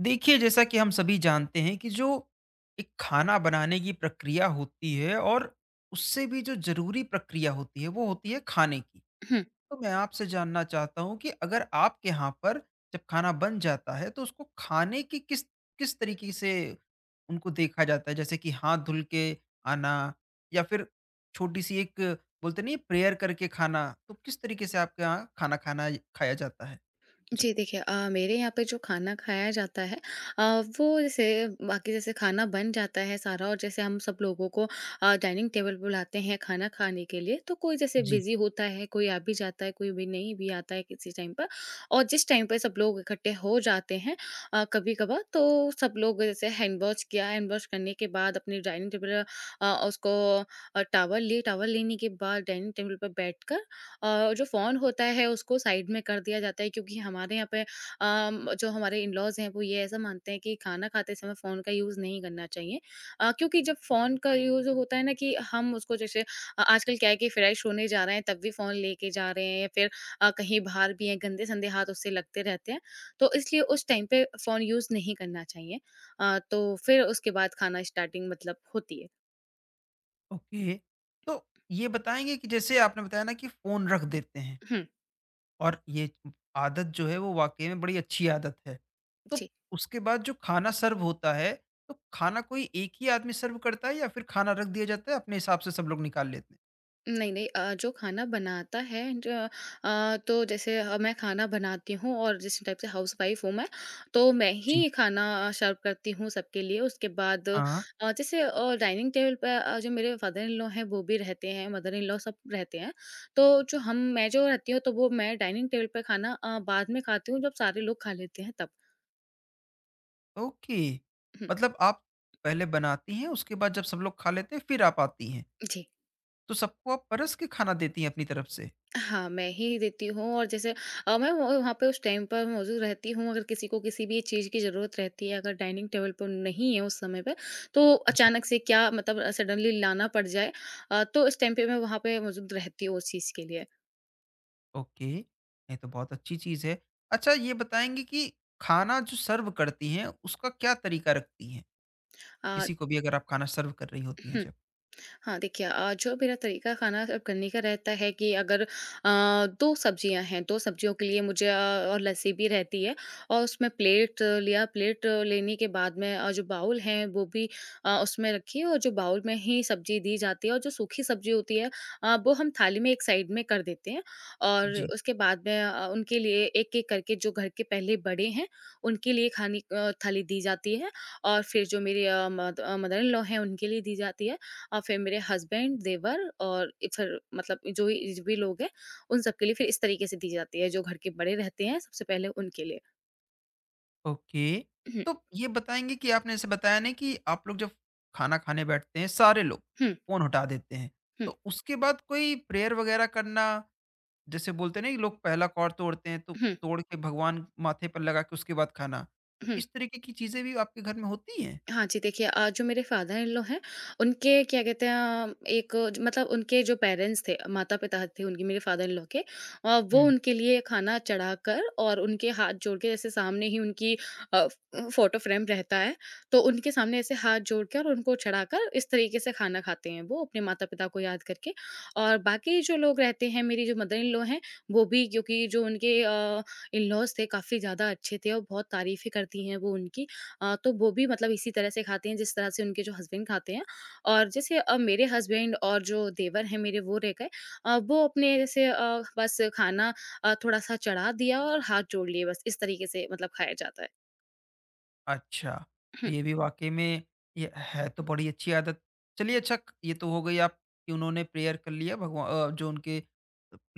देखिए, जैसा कि हम सभी जानते हैं कि जो एक खाना बनाने की प्रक्रिया होती है और उससे भी जो ज़रूरी प्रक्रिया होती है, वो होती है खाने की। हुँ। तो मैं आपसे जानना चाहता हूँ कि अगर आपके यहाँ पर जब खाना बन जाता है, तो उसको खाने की किस किस तरीके से उनको देखा जाता है? जैसे कि हाथ धुल के आना या फिर छोटी-सी एक बोलते नहीं है प्रेयर करके खाना, तो किस तरीके से आपके यहाँ खाना खाना खाया जाता है? जी, देखिए मेरे यहाँ पे जो खाना खाया जाता है अ, वो जैसे बाकी जैसे खाना बन जाता है सारा और जैसे हम सब लोगों को डाइनिंग टेबल बुलाते हैं खाना खाने के लिए, तो कोई जैसे जी। बिज़ी होता है, कोई आ भी जाता है, कोई भी नहीं भी आता है किसी टाइम पर और जिस टाइम पे सब लोग इकट्ठे हो जाते हैं कभी-कभार तो सब लोग जैसे हैंड वॉश किया, हैंड वॉश करने के बाद अपनी डाइनिंग टेबल अ, उसको टॉवल ली, टॉवल लेने के बाद डाइनिंग टेबल पर बैठकर जो फ़ोन होता है उसको साइड में कर दिया जाता है क्योंकि हमारे यहाँ पे जो हमारे इन-लॉज़ हैं वो ये ऐसा मानते हैं कि खाना खाते समय फ़ोन का यूज़ नहीं करना चाहिए। क्योंकि जब फ़ोन का यूज़ होता है ना कि हम उसको जैसे आजकल क्या है कि फ्रेश होने जा रहे हैं तब भी फ़ोन लेके जा रहे हैं या फिर कहीं बाहर भी हैं, गंदे-संदे हाथ उससे लगते रहते हैं। तो इसलिए उस टाइम पे फ़ोन यूज़ नहीं करना चाहिए। तो फिर उसके बाद खाना स्टार्टिंग मतलब होती है। ओके, तो ये बताएँगे कि जैसे आपने बताया ना कि फ़ोन रख देते हैं हुँ, और ये आदत जो है वो वाक़ई में बड़ी अच्छी आदत है। तो जी। उसके बाद जो खाना सर्व होता है, तो खाना कोई एक ही आदमी सर्व करता है या फिर खाना रख दिया जाता है अपने हिसाब से सब लोग निकाल लेते हैं? नहीं, नहीं जो खाना बनाता है तो जैसे मैं खाना बनाती हूँ और जिस टाइप से हाउसवाइफ़ हूँ मैं, तो मैं ही जी। खाना सर्व करती हूँ सबके लिए। उसके बाद हाँ, जैसे डाइनिंग टेबल पे जो मेरे फादर इन लॉ हैं, वो भी रहते हैं, मदर इन लॉ सब रहते हैं। तो जो हम मैं जो रहती हूँ, तो वो मैं डाइनिंग टेबल पे खाना बाद में खाती हूँ, जब सारे लोग खा लेते हैं तब। ओके। हुँ, मतलब आप पहले बनाती हैं उसके बाद जब सब लोग खा लेते हैं फिर आप आती हैं। जी। तो सबको आप परस के खाना देती हैं अपनी तरफ से? हाँ, मैं ही देती हूँ और जैसे मैं वो वहाँ पे उस टाइम पर मौजूद रहती हूँ, अगर किसी को किसी भी चीज़ की ज़रूरत रहती है, अगर डाइनिंग टेबल पर नहीं है उस समय पे, तो अचानक से क्या मतलब सडनली लाना पड़ जाए तो इस टाइम पे मैं वहाँ पे मौजूद रहती हूँ उस चीज़ के लिए। ओके, नहीं तो बहुत अच्छी चीज़ है। अच्छा ये बताएँगी कि खाना जो सर्व करती हैं उसका क्या तरीका रखती हैं? अ, किसी को भी अगर आप खाना सर्व कर रही होती हैं हुँ। जब? हाँ, देखिए जो मेरा तरीका खाना सर्व करने का रहता है कि अगर 2 सब्जियाँ हैं, 2 सब्जियों के लिए मुझे और लस्सी भी रहती है और उसमें प्लेट लेने के बाद में जो बाउल है वो भी उसमें रखी और जो बाउल में ही सब्ज़ी दी जाती है और जो सूखी सब्ज़ी होती है वो हम थाली में एक साइड में कर देते हैं और जी, उसके बाद में उनके लिए एक-एक करके जो घर के पहले बड़े हैं, उनके लिए खानी थाली दी जाती है और फिर जो मेरे मदर इन लॉ हैं उनके लिए दी जाती है। और फिर मेरे हस्बैंड, देवर और इ फिर मतलब जो भी लोग हैं, उन सबके लिए फिर इस तरीके से दी जाती है, जो घर के बड़े रहते हैं, सबसे पहले उनके लिए। ओके। तो ये बताएँगी कि आपने जैसे बताया ना कि आप लोग जब खाना खाने बैठते हैं सारे लोग, हम्म फ़ोन हटा देते हैं। हम्म तो उसके बाद कोई प्रेयर वग़ैरह करना जैसे बोलते हैं ना कि लोग पहला कौर तोड़ते हैं, तो हम्म तोड़ के भगवान माथे पर लगा के उसके बाद खाना। तो हम्म। इस तरीके की चीज़ें भी आपके घर में होती हैं? हाँ जी, देखिए जो मेरे फादर इन लॉ हैं, उनके क्या कहते हैं मतलब उनके जो पेरेंट्स थे, माता-पिता थे उनके मेरे फादर इन लॉ के वो उनके लिए खाना चढ़ाकर और उनके हाथ जोड़ के जैसे सामने ही उनकी अ, फ़ोटो फ्रेम रहता है, तो उनके सामने ऐसे हाथ जोड़ के और उनको चढ़ाकर इस तरीके से खाना खाते हैं वो, अपने माता-पिता को याद करके। और बाकी जो लोग रहते हैं, मेरी जो मदर इन लॉ हैं, वो भी क्योंकि जो उनके इन लॉज़ थे काफ़ी ज़्यादा अच्छे थे और बहुत तारीफ़ें करती हैं वो उनकी। तो वो भी मतलब इसी तरह से खाती हैं जिस तरह से उनके जो हस्बैंड खाते हैं। और जैसे मेरे हस्बैंड और जो देवर हैं मेरे वो रह गए वो अपने जैसे बस खाना थोड़ा-सा चढ़ा दिया और हाथ जोड़ लिए बस इस तरीके से मतलब खाया जाता है। अच्छा, तो हुँ, ये भी वाक़ई में ये है तो बड़ी अच्छी आदत। चलिए अच्छा क ये तो हो गई आप कि उन्होंने प्रेयर कर लिया, भगवा, जो उनके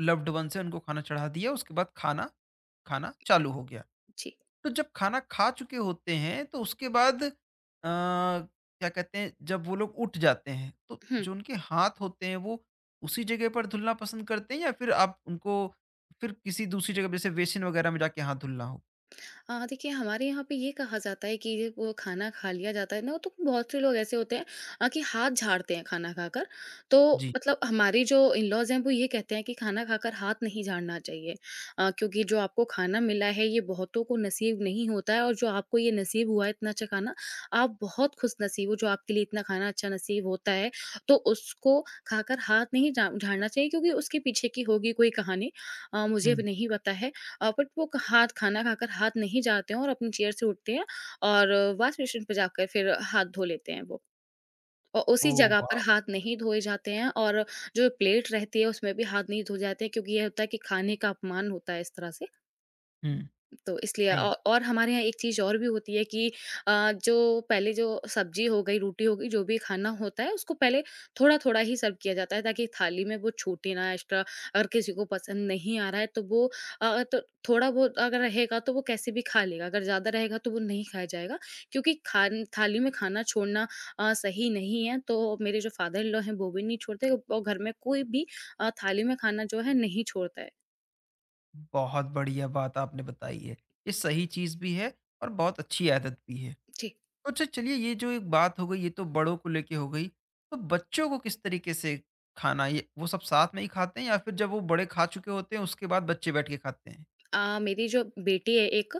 लव्ड वन्स हैं उनको खाना चढ़ा दिया, उसके बाद खाना खाना चालू हो गया। जी। तो जब खाना खा चुके होते हैं तो उसके बाद क्या कहते हैं जब वो लोग उठ जाते हैं, तो हुँ। जो उनके हाथ होते हैं वो उसी जगह पर धुलना पसंद करते हैं या फिर आप उनको फिर किसी दूसरी जगह जैसे बेसिन वगैरह में जाके हाथ धुलना हो? देखिए हमारे यहाँ पे ये कहा जाता है कि वो खाना खा लिया जाता है ना तो बहुत से लोग ऐसे होते हैं कि हाथ झाड़ते हैं खाना खाकर तो जी। मतलब हमारे जो इन लॉज हैं वो ये कहते हैं कि खाना खाकर हाथ नहीं झाड़ना चाहिए क्योंकि जो आपको खाना मिला है ये बहुतों को नसीब नहीं होता है और जो आपको ये नसीब हुआ है इतना अच्छा खाना आप बहुत खुश नसीब हो जो आपके लिए इतना खाना अच्छा नसीब होता है तो उसको खाकर हाथ नहीं झाड़ना चाहिए क्योंकि उसके पीछे की होगी कोई कहानी मुझे भी हुँ। नहीं पता है बट वो क हाथ खाना खाकर हाथ नहीं जाते हैं और अपनी चेयर से उठते हैं और वॉश बेसिन पे जाकर फिर हाथ धो लेते हैं वो। और उसी ओह जगह पर वाओ! हाथ नहीं धोए जाते हैं और जो प्लेट रहती है उसमें भी हाथ नहीं धोए जाते हैं क्योंकि ये होता है कि खाने का अपमान होता है इस तरह से। हुँ, तो इसलिए नहीं। औ और हमारे यहाँ एक चीज़ और भी होती है कि जो पहले जो सब्ज़ी हो गई, रोटी हो गई, जो भी खाना होता है, उसको पहले थोड़ा-थोड़ा ही सर्व किया जाता है ताकि थाली में वो छूटे ना एक्स्ट्रा। अगर किसी को पसंद नहीं आ रहा है तो वो तो थोड़ा बहुत अगर रहेगा तो वो कैसे भी खा लेगा, अगर ज़्यादा रहेगा तो वो नहीं खाया जाएगा क्योंकि खान थाली में खाना छोड़ना सही नहीं है। तो मेरे जो फादर इन लॉ हैं वो भी नहीं छोड़ते और घर में कोई भी थाली में खाना जो है नहीं छोड़ता है। बहुत बढ़िया बात आपने बताई है। ये सही चीज़ भी है और बहुत अच्छी आदत भी है। जी। तो अच्छा चलिए ये जो एक बात हो गई ये तो बड़ों को लेके हो गई। तो बच्चों को किस तरीके से खाना ये वो सब साथ में ही खाते हैं या फिर जब वो बड़े खा चुके होते हैं उसके बाद बच्चे बैठ के खाते हैं? मेरी जो बेटी है एक,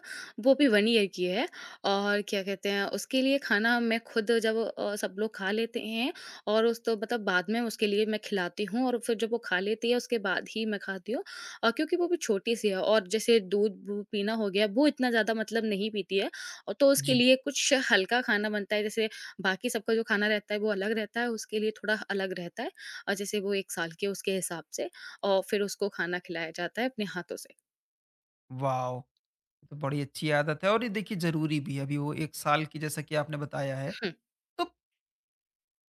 वो भी 1 ईयर की है और क्या कहते हैं, उसके लिए खाना मैं खुद जब सब लोग खा लेते हैं और उस तो मतलब बाद में उसके लिए मैं खिलाती हूँ और फिर जब वो खा लेती है, उसके बाद ही मैं खाती हूँ। क्योंकि वो भी छोटी-सी है और जैसे दूध वूध पीना हो गया, वो इतना ज़्यादा मतलब नहीं पीती है और तो उसके जी। लिए कुछ हल्का खाना बनता है, जैसे बाकी सबका जो खाना रहता है, वो अलग रहता है, उसके लिए थोड़ा अलग रहता है। जैसे वो 1 साल की है, उसके हिसाब से और फिर उसको खाना खिलाया जाता है अपने हाथों से। वाओ! ये तो बड़ी अच्छी आदत है और ये देखिए ज़रूरी भी है। अभी वो 1 साल की जैसा कि आपने बताया है। तो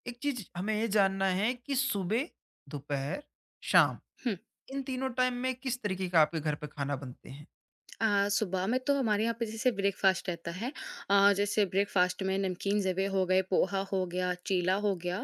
एक चीज़ हमें ये जानना है कि सुबह, दोपहर, शाम हुँ। इन तीनों टाइम में किस तरीके का आपके घर पे खाना बनते हैं? सुबह में तो हमारे यहाँ पे जैसे ब्रेकफ़ास्ट रहता है। जैसे ब्रेकफ़ास्ट में नमकीन ज़वे हो गए, पोहा हो गया, चीला हो गया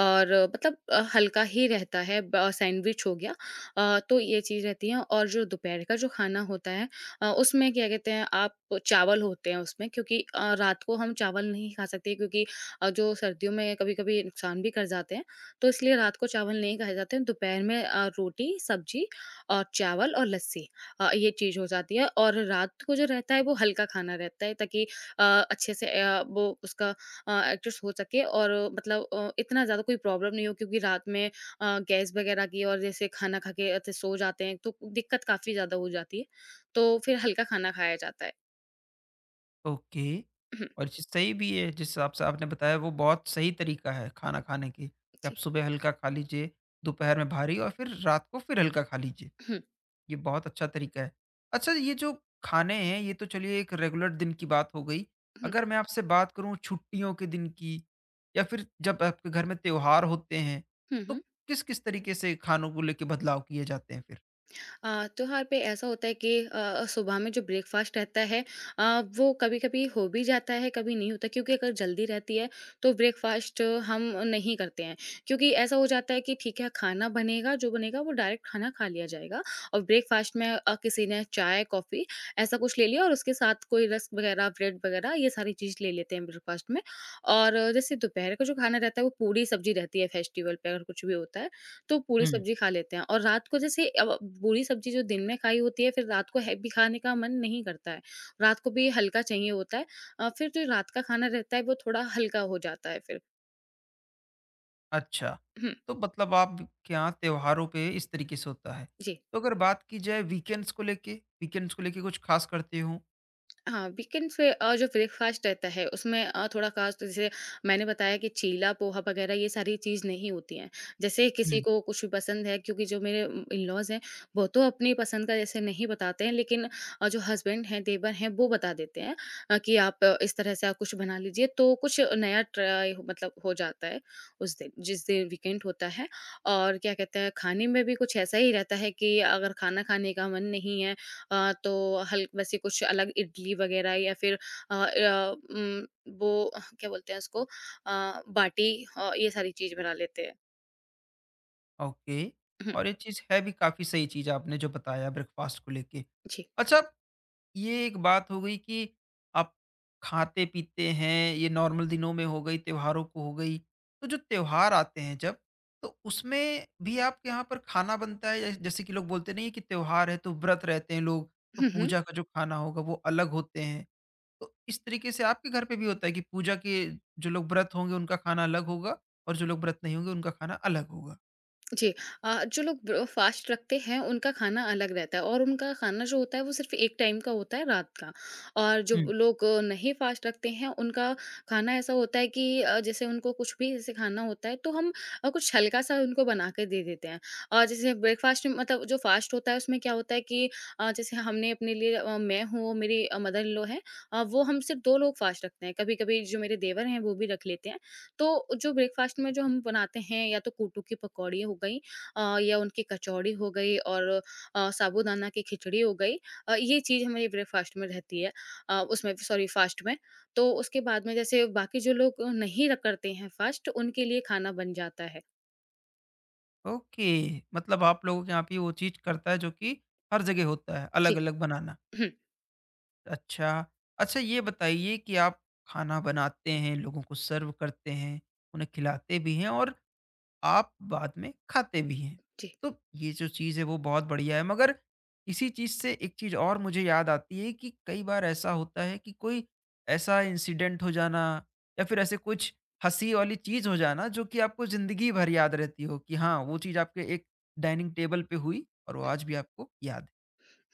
और मतलब हल्का ही रहता है सैंडविच हो गया। तो ये चीज़ रहती है और जो दोपहर का जो खाना होता है उसमें क्या कहते हैं आप चावल होते हैं उसमें क्योंकि रात को हम चावल नहीं खा सकते क्योंकि जो सर्दियों में कभी-कभी नुकसान भी कर जाते हैं। तो इसलिए रात को चावल नहीं खाए जाते हैं। दोपहर में रोटी, सब्ज़ी और चावल और लस्सी। ये चीज़ हो जाती है और रात को जो रहता है वो हल्का खाना रहता है ताकि अ, अच्छे से वो उसका एडजस्ट हो सके और मतलब इतना ज़्यादा कोई प्रॉब्लम नहीं हो क्योंकि रात में गैस वगैरह की और जैसे खाना खा के ऐसे सो जाते हैं तो दिक्कत काफ़ी ज़्यादा हो जाती है। तो फिर हल्का खाना खाया जाता है। ओके। और ये चीज़ सही भी है, जिस हिसाब से आपने बताया वो बहुत सही तरीका है खाना खाने की, कि आप जी। सुबह हल्का खा लीजिए, दोपहर में भारी और फिर रात को फिर हल्का खा लीजिए। हुँ, ये बहुत अच्छा तरीका है। अच्छा ये जो खाने हैं, ये तो चलिए एक रेगुलर दिन की बात हो गई। हुँ, अगर मैं आपसे बात करूँ छुट्टियों के दिन की या फिर जब आपके घर में त्योहार होते हैं, हुँ, तो हुँ। किस-किस तरीके से खानों को लेके बदलाव किए जाते हैं फिर? अ, त्योहार पे ऐसा होता है कि सुबह में जो ब्रेकफास्ट रहता है अ, वो कभी कभी हो भी जाता है कभी नहीं होता क्योंकि अगर जल्दी रहती है तो ब्रेकफास्ट हम नहीं करते हैं क्योंकि ऐसा हो जाता है कि ठीक है खाना बनेगा जो बनेगा वो डायरेक्ट खाना खा लिया जाएगा और ब्रेकफास्ट में किसी ने चाय कॉफ़ी ऐसा कुछ ले लिया और उसके साथ कोई रस्क वगैरह ब्रेड वगैरह ये सारी चीज़ ले लेते हैं ब्रेकफास्ट में और जैसे दोपहर का जो खाना रहता है वो पूरी सब्जी रहती है फेस्टिवल पे अगर कुछ भी होता है तो पूरी सब्ज़ी खा लेते हैं और रात को जैसे अब पूरी सब्ज़ी जो दिन में खाई होती है फिर रात को हैवी खाने का मन नहीं करता है। रात को भी हल्का चाहिए होता है फिर जो रात का खाना रहता है वो थोड़ा हल्का हो जाता है फिर। अच्छा, हुँ, तो मतलब आपके यहाँ त्योहारों पे इस तरीके से होता है। जी। तो अगर बात की जाए वीकेंड्स को लेके कुछ खास करते हो? हाँ, वीकेंड्स पे जो ब्रेकफ़ास्ट रहता है उसमें थोड़ा ख़ास तो जैसे मैंने बताया कि चीला, पोहा वग़ैरह ये सारी चीज़ नहीं होती हैं। जैसे किसी हुँ। को कुछ भी पसंद है क्योंकि जो मेरे इन-लॉज़ हैं, वो तो अपनी पसंद का जैसे नहीं बताते हैं लेकिन जो हस्बैंड हैं, देवर हैं, वो बता देते हैं कि आप इस तरह से आप कुछ बना लीजिए तो कुछ नया ट्राय मतलब हो जाता है उस दिन, जिस दिन वीकेंड होता है। और क्या कहते हैं, खाने में भी कुछ ऐसा ही रहता है कि अगर खाना खाने का मन नहीं है तो हल वैसे कुछ अलग इडली वगैरह या फिर अ, अ, उम, वो, क्या बोलते हैं उसको, बाटी, ये सारी चीज़ बना लेते हैं। ओके। हुँ, और ये चीज़ है भी काफ़ी सही चीज़ आपने जो बताया ब्रेकफ़ास्ट को लेके। जी। अच्छा, ये एक बात हो गई कि आप खाते-पीते हैं, ये नॉर्मल दिनों में हो गई, त्योहारों को हो गई। तो जो त्योहार आते हैं जब, तो उसमें भी आपके यहाँ पर खाना बनता है या जैसे कि लोग बोलते नहीं है कि त्योहार है तो व्रत रहते हैं लोग, तो हुँ, हुँ। पूजा का जो खाना होगा वो अलग होते हैं। तो इस तरीके से आपके घर पे भी होता है कि पूजा के जो लोग व्रत होंगे उनका खाना अलग होगा और जो लोग व्रत नहीं होंगे उनका खाना अलग होगा। जी। जो लोग ब्र फ़ास्ट रखते हैं उनका खाना अलग रहता है, और उनका खाना जो होता है वो सिर्फ़ एक टाइम का होता है, रात का। और जो हुँ। लोग नहीं फ़ास्ट रखते हैं उनका खाना ऐसा होता है कि जैसे उनको कुछ भी जैसे खाना होता है तो हम कुछ हल्का-सा उनको बना के दे देते हैं। और जैसे ब्रेकफ़ास्ट में मतलब जो फ़ास्ट होता है उसमें क्या होता है कि जैसे हमने अपने लिए, मैं हूँ, मेरी मदर-इन-लॉ है, वो हम सिर्फ़ 2 लोग फ़ास्ट रखते हैं। कभी-कभी जो मेरे देवर हैं वो भी रख लेते हैं। तो जो ब्रेकफास्ट में जो हम बनाते हैं, या तो कूटू की पकौड़ी हो गई, या उनकी कचौड़ी हो गई, और साबूदाना की खिचड़ी हो गई। ये चीज़ हमारी ब्रेकफास्ट में रहती है, उसमें, सॉरी, फास्ट में। तो उसके बाद में जैसे बाकी जो लोग नहीं करते हैं फास्ट, उनके लिए खाना बन जाता है। ओके, मतलब आप लोगों के यहाँ पे वो चीज़ करता है जो कि हर जगह होता है, जी। अलग-अलग बनाना। हम्म। अच्छा। अच्छा ये बताइए कि आप खाना बनाते हैं, लोगों को सर्व करते हैं, उन्हें खिलाते भी हैं और आप बाद में खाते भी हैं। जी। तो ये जो चीज़ है वो बहुत बढ़िया है, मगर इसी चीज़ से एक चीज़ और मुझे याद आती है कि कई बार ऐसा होता है कि कोई ऐसा इंसिडेंट हो जाना या फिर ऐसे कुछ हँसी वाली चीज़ हो जाना जो कि आपको ज़िंदगी भर याद रहती हो कि हाँ, वो चीज़ आपके एक डाइनिंग टेबल पे हुई और वो आज भी आपको याद है,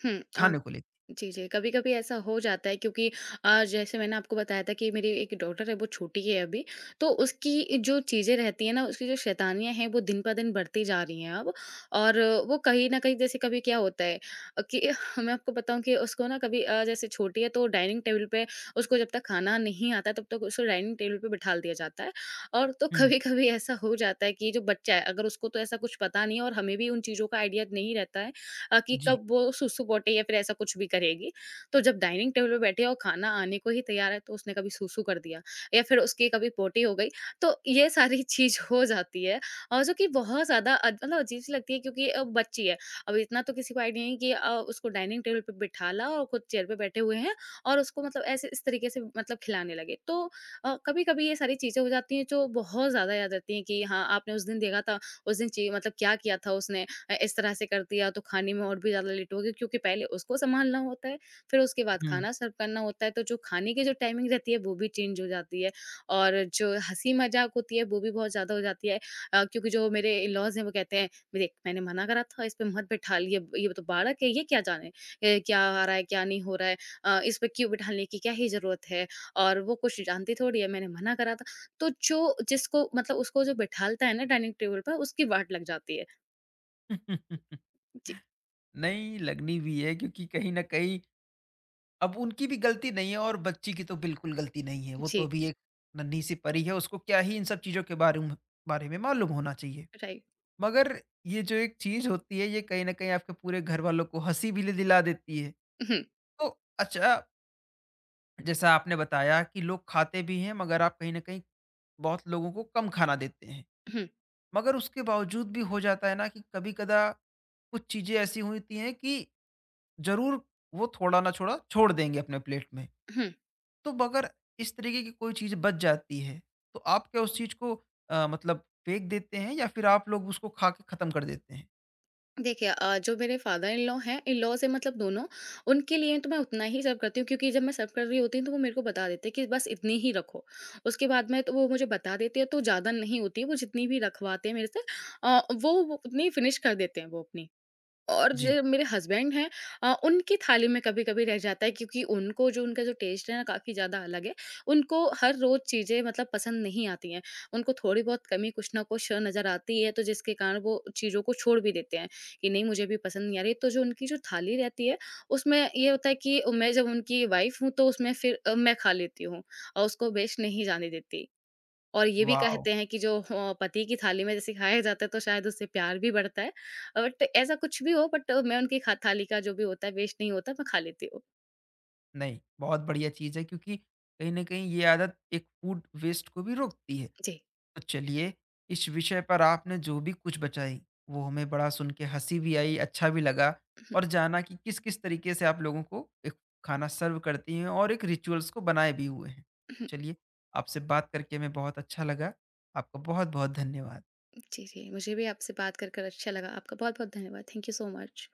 हम्म। खाने को लेके। जी, जी। कभी-कभी ऐसा हो जाता है, क्योंकि जैसे मैंने आपको बताया था कि मेरी एक डॉटर है, वो छोटी है अभी। तो उसकी जो चीज़ें रहती हैं ना, उसकी जो शैतानियाँ हैं वो दिन ब दिन बढ़ती जा रही हैं अब। और वो कहीं न कहीं, जैसे कभी क्या होता है कि मैं आपको बताऊँ कि उसको ना कभी, जैसे छोटी है तो डाइनिंग टेबल पे, उसको जब तक खाना नहीं आता तब तक उसको डाइनिंग टेबल पे बिठा दिया जाता है। और तो हुँ, कभी-कभी ऐसा हो जाता है कि जो बच्चा है, अगर उसको तो ऐसा कुछ पता नहीं है, और हमें भी उन चीज़ों का आइडिया नहीं रहता है कि जी। कब वो सूसू-पोटे या फिर ऐसा कुछ भी करेगी। तो जब डाइनिंग टेबल पे बैठे और खाना आने को ही तैयार है, तो उसने कभी सूसू कर दिया या फिर उसकी कभी पोटी हो गई। तो ये सारी चीज़ हो जाती है, और जो कि बहुत ज़्यादा मतलब अजीब-सी लगती है, क्योंकि बच्ची है। अब इतना तो किसी को आइडिया नहीं कि उसको डाइनिंग टेबल पे बिठा ला और खुद चेयर पे बैठे हुए हैं और उसको मतलब ऐसे इस तरीके से मतलब खिलाने लगे। तो कभी-कभी ये सारी चीज़ें हो जाती हैं, जो बहुत ज़्यादा याद रहती हैं कि हाँ, आपने उस दिन देखा था, उस दिन ची मतलब क्या किया था उसने, इस तरह से कर दिया, तो खाने में और भी ज़्यादा लेट हो गए, क्योंकि पहले उसको सँभालना होता है, फिर उसके बाद हुँ। खाना सर्व करना होता है, तो जो खाने की जो टाइमिंग रहती है वो भी चेंज हो जाती है। और जो हँसी-मज़ाक होती है वो भी बहुत ज़्यादा हो जाती है, क्योंकि जो मेरे इन-लॉज़ हैं वो कहते हैं, "देख, मैंने मना करा था, इस पे मत बिठा, ये तो बालक है, ये क्या जाने, क्या आ रहा है, क्या नहीं हो रहा है, इस पे क्यों बिठाने की क्या ही ज़रूरत है, और वो कुछ जानती थोड़ी है, मैंने मना करा था।" तो जो, जिसको मतलब उसको जो बिठालता है ना डाइनिंग टेबल पर, उसकी वाट लग जाती है। जी, नहीं, लगनी भी है क्योंकि कहीं न कहीं अब उनकी भी गलती नहीं है और बच्ची की तो बिल्कुल गलती नहीं है। वो तो जी। अभी एक नन्ही सी परी है, उसको क्या ही इन सब चीज़ों के बारे में मालूम होना चाहिए। राइट। मगर ये जो एक चीज़ होती है ये कहीं न कहीं आपके पूरे घरवालों को हँसी भी दिला देती है। हुँ, तो अच्छा, जैसा आपने बताया कि लोग खाते भी हैं मगर आप कहीं न कहीं बहुत लोगों को कम खाना देते हैं। हुँ, मगर उसके बावजूद भी हो जाता है ना कि कभी-कदा कुछ चीज़ें ऐसी होती हैं कि ज़रूर वो थोड़ा ना थोड़ा छोड़ देंगे अपने प्लेट में। हुँ। तो अगर इस तरीके की कोई चीज़ बच जाती है, तो आप क्या उस चीज़ को मतलब फेंक देते हैं या फिर आप लोग उसको खा के खत्म कर देते हैं? देखिए, जो मेरे फादर इन लॉ हैं, इन लॉज़ हैं मतलब दोनों, उनके लिए तो मैं उतना ही सर्व करती हूँ, क्योंकि जब मैं सर्व कर रही होती हूँ, तो वो मेरे को बता देते हैं कि बस इतनी ही रखो। उसके बाद में तो वो मुझे बता देते हैं, तो ज़्यादा नहीं होती है, वो जितनी भी रखवाते हैं मेरे से वो उतनी फिनिश कर देते हैं, वो अपनी। और जी। जो मेरे हस्बैंड हैं, उनकी थाली में कभी-कभी रह जाता है, क्योंकि उनको जो, उनका जो टेस्ट है ना, काफ़ी ज़्यादा अलग है। उनको हर रोज़ चीज़ें मतलब पसंद नहीं आती हैं। उनको थोड़ी बहुत कमी कुछ ना कुछ नज़र आती है, तो जिसके कारण वो चीज़ों को छोड़ भी देते हैं कि नहीं, मुझे भी पसंद नहीं आ रही। तो जो उनकी जो थाली रहती है, उसमें ये होता है कि मैं जब उनकी वाइफ़ हूँ, तो उसमें फिर मैं खा लेती हूँ और उसको वेस्ट नहीं जाने देती। और ये भी वॉव! कहते हैं कि जो पति की थाली में जैसे खाया जाता है, तो शायद उससे प्यार भी बढ़ता है। बट ऐसा कुछ भी हो, बट मैं उनकी खा थाली का जो भी होता है, वेस्ट नहीं होता, मैं खा लेती हूँ। नहीं, बहुत बढ़िया चीज़ है क्योंकि कहीं न कहीं ये आदत एक फूड वेस्ट को भी रोकती है। जी। तो चलिए इस विषय पर आपने जो भी कुछ बचाई वो हमें बड़ा सुन के हंसी भी आई, अच्छा भी लगा और जाना कि किस किस तरीके से आप लोगों को एक खाना सर्व करती हैं और एक रिचुअल्स को बनाए भी हुए हैं। चलिए, आपसे बात करके हमें बहुत अच्छा लगा। आपका बहुत बहुत धन्यवाद। जी, जी। मुझे भी आपसे बात कर अच्छा लगा। आपका बहुत-बहुत धन्यवाद। Thank you so much.